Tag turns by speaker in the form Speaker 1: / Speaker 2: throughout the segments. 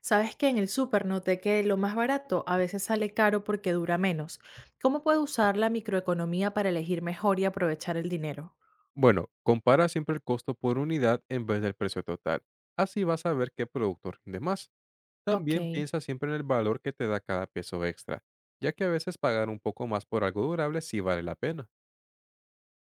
Speaker 1: Sabes que en el súper noté que lo más barato a veces sale caro porque dura menos. ¿Cómo puedo usar la microeconomía para elegir mejor y aprovechar el dinero?
Speaker 2: Bueno, compara siempre el costo por unidad en vez del precio total. Así vas a ver qué producto rinde más. También
Speaker 1: Ok.
Speaker 2: piensa siempre en el valor que te da cada peso extra, ya que a veces pagar un poco más por algo durable sí vale la pena.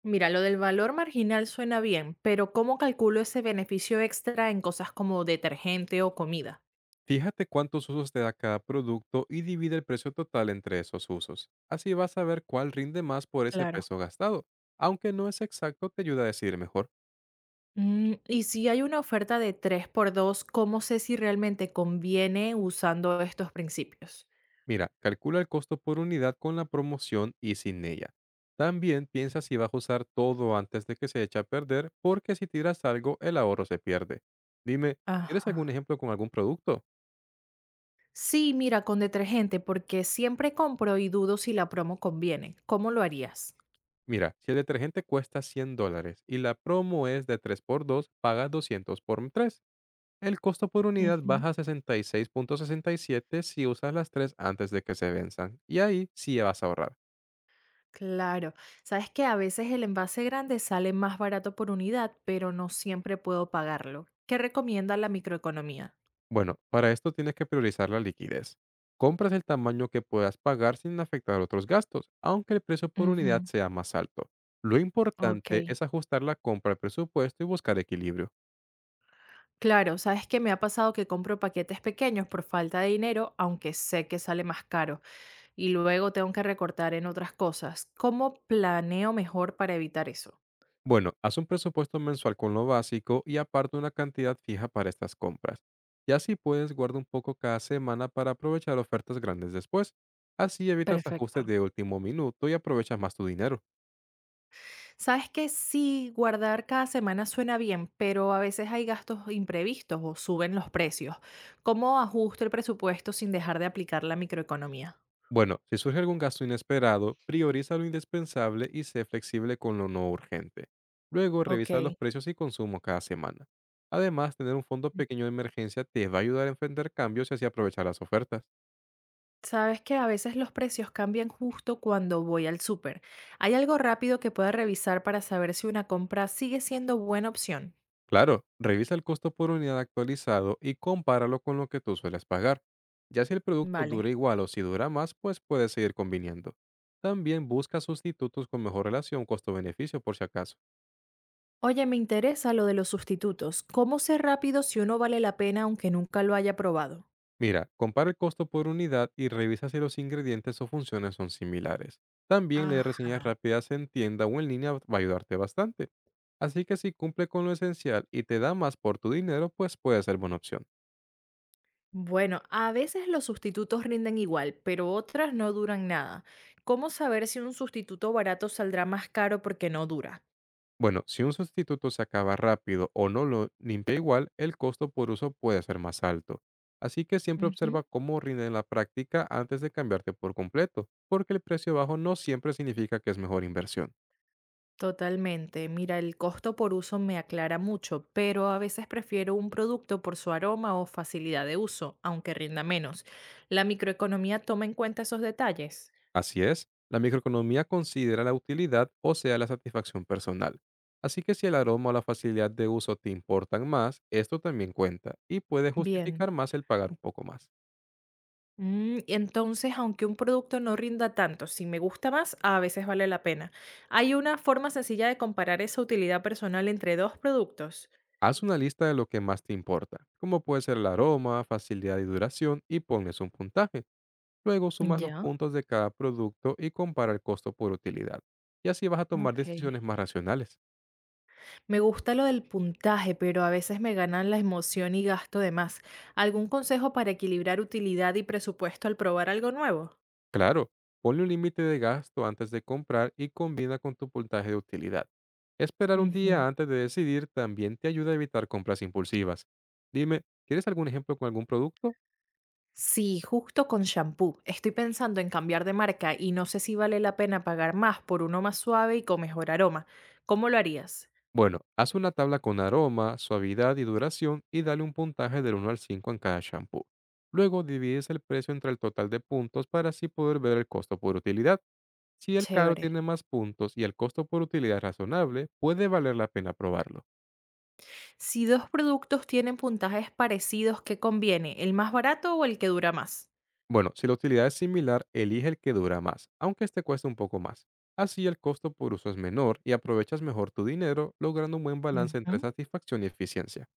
Speaker 1: Mira, lo del valor marginal suena bien, pero ¿cómo calculo ese beneficio extra en cosas como detergente o comida?
Speaker 2: Fíjate cuántos usos te da cada producto y divide el precio total entre esos usos. Así vas a ver cuál rinde más por ese
Speaker 1: Claro.
Speaker 2: peso gastado. Aunque no es exacto, te ayuda a decidir mejor.
Speaker 1: Y si hay una oferta de 3 por 2, ¿cómo sé si realmente conviene usando estos principios?
Speaker 2: Mira, calcula el costo por unidad con la promoción y sin ella. También piensa si vas a usar todo antes de que se eche a perder, porque si tiras algo, el ahorro se pierde. Dime, ¿quieres algún
Speaker 1: Ajá.
Speaker 2: ejemplo con algún producto?
Speaker 1: Sí, mira, con detergente, porque siempre compro y dudo si la promo conviene. ¿Cómo lo harías?
Speaker 2: Mira, si el detergente cuesta 100 dólares y la promo es de tres por dos, paga 200 por 3. El costo por unidad
Speaker 1: Ujú.
Speaker 2: baja a 66.67 si usas las tres antes de que se venzan. Y ahí sí vas a ahorrar.
Speaker 1: Claro, sabes que a veces el envase grande sale más barato por unidad, pero no siempre puedo pagarlo. ¿Qué recomienda la microeconomía?
Speaker 2: Bueno, para esto tienes que priorizar la liquidez. Compras el tamaño que puedas pagar sin afectar otros gastos, aunque el precio por unidad
Speaker 1: Ujú.
Speaker 2: sea más alto. Lo importante
Speaker 1: Ok.
Speaker 2: es ajustar la compra al presupuesto y buscar equilibrio.
Speaker 1: Claro, sabes que me ha pasado que compro paquetes pequeños por falta de dinero, aunque sé que sale más caro, y luego tengo que recortar en otras cosas. ¿Cómo planeo mejor para evitar eso?
Speaker 2: Bueno, haz un presupuesto mensual con lo básico y aparte una cantidad fija para estas compras. Y así puedes guardar un poco cada semana para aprovechar ofertas grandes después. Así evitas ajustes
Speaker 1: Perfecto.
Speaker 2: de último minuto y aprovechas más tu dinero.
Speaker 1: Sabes que sí, guardar cada semana suena bien, pero a veces hay gastos imprevistos o suben los precios. ¿Cómo ajusto el presupuesto sin dejar de aplicar la microeconomía?
Speaker 2: Bueno, si surge algún gasto inesperado, prioriza lo indispensable y sé flexible con lo no urgente. Luego,
Speaker 1: Ok.
Speaker 2: revisa los precios y consumos cada semana. Además, tener un fondo pequeño de emergencia te va a ayudar a enfrentar cambios y así aprovechar las ofertas.
Speaker 1: Sabes que a veces los precios cambian justo cuando voy al súper. ¿Hay algo rápido que pueda revisar para saber si una compra sigue siendo buena opción?
Speaker 2: Claro, revisa el costo por unidad actualizado y compáralo con lo que tú sueles pagar. Ya si el producto dura
Speaker 1: Vale.
Speaker 2: igual o si dura más, pues puedes seguir conviniendo. También busca sustitutos con mejor relación costo-beneficio por si acaso.
Speaker 1: Oye, me interesa lo de los sustitutos. ¿Cómo sé rápido si uno vale la pena aunque nunca lo haya probado?
Speaker 2: Mira, compara el costo por unidad y revisa si los ingredientes o funciones son similares. También leer reseñas
Speaker 1: Ajá.
Speaker 2: rápidas en tienda o en línea va a ayudarte bastante. Así que si cumple con lo esencial y te da más por tu dinero, pues puede ser buena opción.
Speaker 1: Bueno, a veces los sustitutos rinden igual, pero otras no duran nada. ¿Cómo saber si un sustituto barato saldrá más caro porque no dura?
Speaker 2: Bueno, si un sustituto se acaba rápido o no lo limpia igual, el costo por uso puede ser más alto. Así que siempre observa
Speaker 1: Ujú.
Speaker 2: cómo rinde en la práctica antes de cambiarte por completo, porque el precio bajo no siempre significa que es mejor inversión.
Speaker 1: Totalmente. Mira, el costo por uso me aclara mucho, pero a veces prefiero un producto por su aroma o facilidad de uso, aunque rinda menos. ¿La microeconomía toma en cuenta esos detalles?
Speaker 2: Así es, la microeconomía considera la utilidad, o sea, la satisfacción personal. Así que si el aroma o la facilidad de uso te importan más, esto también cuenta y puede justificar
Speaker 1: Bien.
Speaker 2: más el pagar un poco más.
Speaker 1: Entonces, aunque un producto no rinda tanto, si me gusta más, a veces vale la pena. ¿Hay una forma sencilla de comparar esa utilidad personal entre dos productos?
Speaker 2: Haz una lista de lo que más te importa, como puede ser el aroma, facilidad y duración, y pones un puntaje. Luego sumas los
Speaker 1: Ya.
Speaker 2: puntos de cada producto y compara el costo por utilidad. Y así vas a tomar
Speaker 1: Ok.
Speaker 2: decisiones más racionales.
Speaker 1: Me gusta lo del puntaje, pero a veces me ganan la emoción y gasto de más. ¿Algún consejo para equilibrar utilidad y presupuesto al probar algo nuevo?
Speaker 2: Claro, ponle un límite de gasto antes de comprar y combina con tu puntaje de utilidad. Esperar un día
Speaker 1: Ujú.
Speaker 2: antes de decidir también te ayuda a evitar compras impulsivas. Dime, ¿quieres algún ejemplo con algún producto?
Speaker 1: Sí, justo con shampoo. Estoy pensando en cambiar de marca y no sé si vale la pena pagar más por uno más suave y con mejor aroma. ¿Cómo lo harías?
Speaker 2: Bueno, haz una tabla con aroma, suavidad y duración y dale un puntaje del uno al 5 en cada shampoo. Luego divides el precio entre el total de puntos para así poder ver el costo por utilidad. Si el caro
Speaker 1: Chévere.
Speaker 2: tiene más puntos y el costo por utilidad es razonable, puede valer la pena probarlo.
Speaker 1: Si dos productos tienen puntajes parecidos, ¿qué conviene? ¿El más barato o el que dura más?
Speaker 2: Bueno, si la utilidad es similar, elige el que dura más, aunque este cueste un poco más. Así el costo por uso es menor y aprovechas mejor tu dinero, logrando un buen balance entre
Speaker 1: Ujú.
Speaker 2: satisfacción y eficiencia.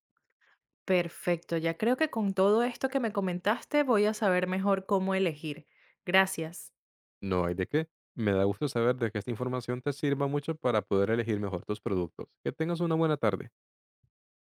Speaker 1: Perfecto, ya creo que con todo esto que me comentaste voy a saber mejor cómo elegir. Gracias.
Speaker 2: No hay de qué. Me da gusto saber de que esta información te sirva mucho para poder elegir mejor tus productos. Que tengas una buena tarde.